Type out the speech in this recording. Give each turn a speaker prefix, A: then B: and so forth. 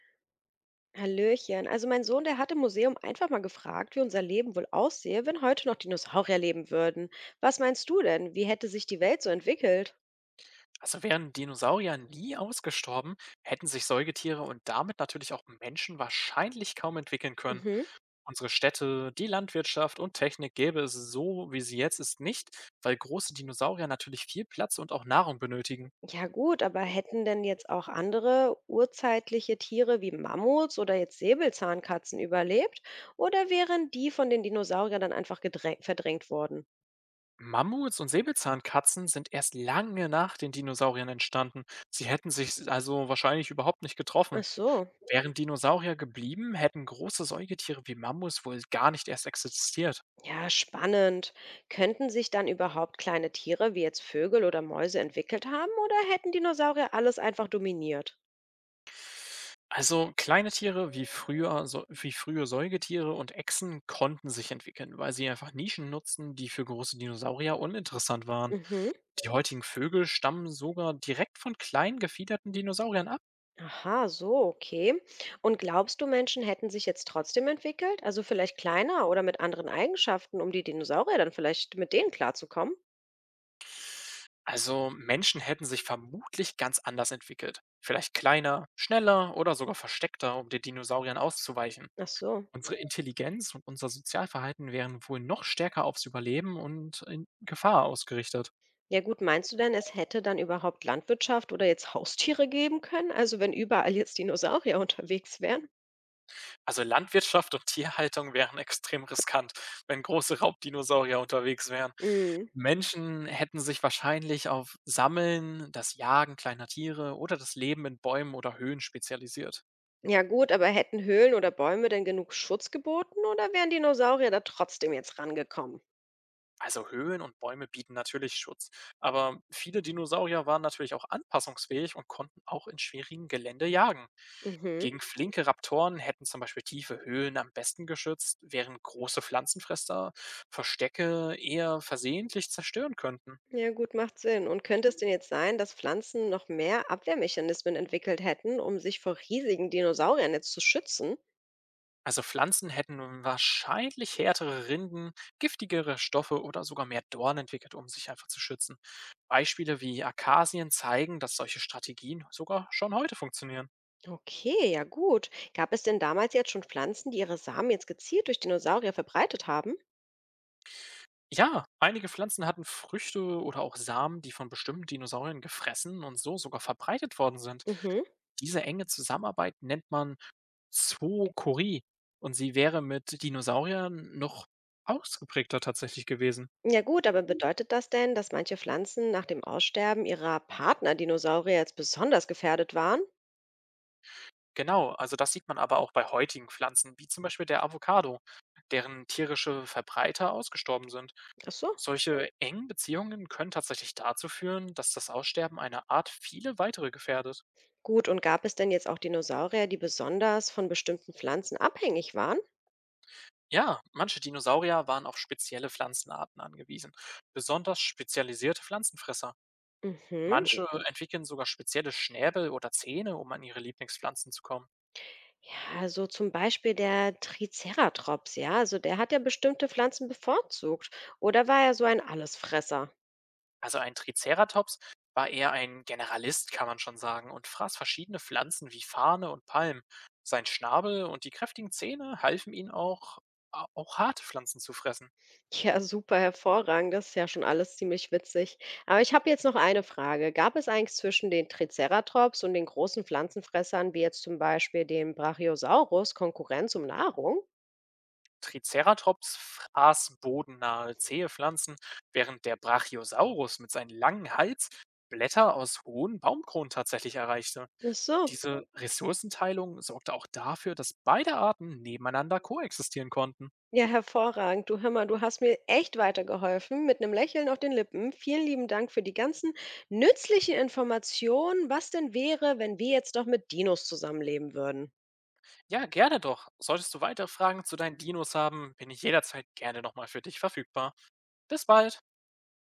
A: Hallöchen. Also mein Sohn, der hat im Museum einfach mal gefragt, wie unser Leben wohl aussehe, wenn heute noch Dinosaurier leben würden. Was meinst du denn? Wie hätte sich die Welt so entwickelt?
B: Also wären Dinosaurier nie ausgestorben, hätten sich Säugetiere und damit natürlich auch Menschen wahrscheinlich kaum entwickeln können.
A: Mhm.
B: Unsere Städte, die Landwirtschaft und Technik gäbe es so, wie sie jetzt ist, nicht, weil große Dinosaurier natürlich viel Platz und auch Nahrung benötigen.
A: Ja gut, aber hätten denn jetzt auch andere urzeitliche Tiere wie Mammuts oder jetzt Säbelzahnkatzen überlebt? Oder wären die von den Dinosauriern dann einfach verdrängt worden?
B: Mammuts und Säbelzahnkatzen sind erst lange nach den Dinosauriern entstanden. Sie hätten sich also wahrscheinlich überhaupt nicht
A: Ach
B: getroffen.
A: so.
B: Wären Dinosaurier geblieben, hätten große Säugetiere wie Mammuts wohl gar nicht erst existiert.
A: Ja, spannend. Könnten sich dann überhaupt kleine Tiere wie jetzt Vögel oder Mäuse entwickelt haben, oder hätten Dinosaurier alles einfach dominiert?
B: Also kleine Tiere wie früher, so, wie frühe Säugetiere und Echsen konnten sich entwickeln, weil sie einfach Nischen nutzten, die für große Dinosaurier uninteressant waren.
A: Mhm.
B: Die heutigen Vögel stammen sogar direkt von kleinen gefiederten Dinosauriern ab.
A: Aha, so, okay. Und glaubst du, Menschen hätten sich jetzt trotzdem entwickelt? Also vielleicht kleiner oder mit anderen Eigenschaften, um die Dinosaurier dann vielleicht mit denen klarzukommen?
B: Also Menschen hätten sich vermutlich ganz anders entwickelt. Vielleicht kleiner, schneller oder sogar versteckter, um den Dinosauriern auszuweichen.
A: Ach so.
B: Unsere Intelligenz und unser Sozialverhalten wären wohl noch stärker aufs Überleben und in Gefahr ausgerichtet.
A: Ja gut, meinst du denn, es hätte dann überhaupt Landwirtschaft oder jetzt Haustiere geben können? Also wenn überall jetzt Dinosaurier unterwegs wären?
B: Also Landwirtschaft und Tierhaltung wären extrem riskant, wenn große Raubdinosaurier unterwegs wären.
A: Mhm.
B: Menschen hätten sich wahrscheinlich auf Sammeln, das Jagen kleiner Tiere oder das Leben in Bäumen oder Höhen spezialisiert.
A: Ja gut, aber hätten Höhlen oder Bäume denn genug Schutz geboten, oder wären Dinosaurier da trotzdem jetzt rangekommen?
B: Also Höhen und Bäume bieten natürlich Schutz, aber viele Dinosaurier waren natürlich auch anpassungsfähig und konnten auch in schwierigem Gelände jagen.
A: Mhm.
B: Gegen flinke Raptoren hätten zum Beispiel tiefe Höhlen am besten geschützt, während große Pflanzenfresser Verstecke eher versehentlich zerstören könnten.
A: Ja, gut, macht Sinn. Und könnte es denn jetzt sein, dass Pflanzen noch mehr Abwehrmechanismen entwickelt hätten, um sich vor riesigen Dinosauriern jetzt zu schützen?
B: Also Pflanzen hätten nun wahrscheinlich härtere Rinden, giftigere Stoffe oder sogar mehr Dorn entwickelt, um sich einfach zu schützen. Beispiele wie Akazien zeigen, dass solche Strategien sogar schon heute funktionieren.
A: Okay, ja gut. Gab es denn damals jetzt schon Pflanzen, die ihre Samen jetzt gezielt durch Dinosaurier verbreitet haben?
B: Ja, einige Pflanzen hatten Früchte oder auch Samen, die von bestimmten Dinosauriern gefressen und so sogar verbreitet worden sind.
A: Mhm.
B: Diese enge Zusammenarbeit nennt man Zookorie, und sie wäre mit Dinosauriern noch ausgeprägter tatsächlich gewesen.
A: Ja gut, aber bedeutet das denn, dass manche Pflanzen nach dem Aussterben ihrer Partner-Dinosaurier jetzt besonders gefährdet waren?
B: Genau, also das sieht man aber auch bei heutigen Pflanzen, wie zum Beispiel der Avocado, deren tierische Verbreiter ausgestorben sind.
A: Ach so.
B: Solche engen Beziehungen können tatsächlich dazu führen, dass das Aussterben einer Art viele weitere gefährdet.
A: Gut, und gab es denn jetzt auch Dinosaurier, die besonders von bestimmten Pflanzen abhängig waren?
B: Ja, manche Dinosaurier waren auf spezielle Pflanzenarten angewiesen, besonders spezialisierte Pflanzenfresser.
A: Mhm.
B: Manche entwickeln sogar spezielle Schnäbel oder Zähne, um an ihre Lieblingspflanzen zu kommen.
A: Ja, also zum Beispiel der Triceratops, ja, also der hat ja bestimmte Pflanzen bevorzugt. Oder war er so ein Allesfresser?
B: Also ein Triceratops war eher ein Generalist, kann man schon sagen, und fraß verschiedene Pflanzen wie Farne und Palmen. Sein Schnabel und die kräftigen Zähne halfen ihm auch, auch harte Pflanzen zu fressen.
A: Ja, super, hervorragend. Das ist ja schon alles ziemlich witzig. Aber ich habe jetzt noch eine Frage. Gab es eigentlich zwischen den Triceratops und den großen Pflanzenfressern, wie jetzt zum Beispiel dem Brachiosaurus, Konkurrenz um Nahrung?
B: Triceratops fraß bodennahe, zähe Pflanzen, während der Brachiosaurus mit seinem langen Hals Blätter aus hohen Baumkronen tatsächlich erreichte.
A: Ach so.
B: Diese Ressourcenteilung sorgte auch dafür, dass beide Arten nebeneinander koexistieren konnten.
A: Ja, hervorragend. Du, hör mal, du hast mir echt weitergeholfen mit einem Lächeln auf den Lippen. Vielen lieben Dank für die ganzen nützlichen Informationen. Was denn wäre, wenn wir jetzt doch mit Dinos zusammenleben würden?
B: Ja, gerne doch. Solltest du weitere Fragen zu deinen Dinos haben, bin ich jederzeit gerne nochmal für dich verfügbar. Bis bald!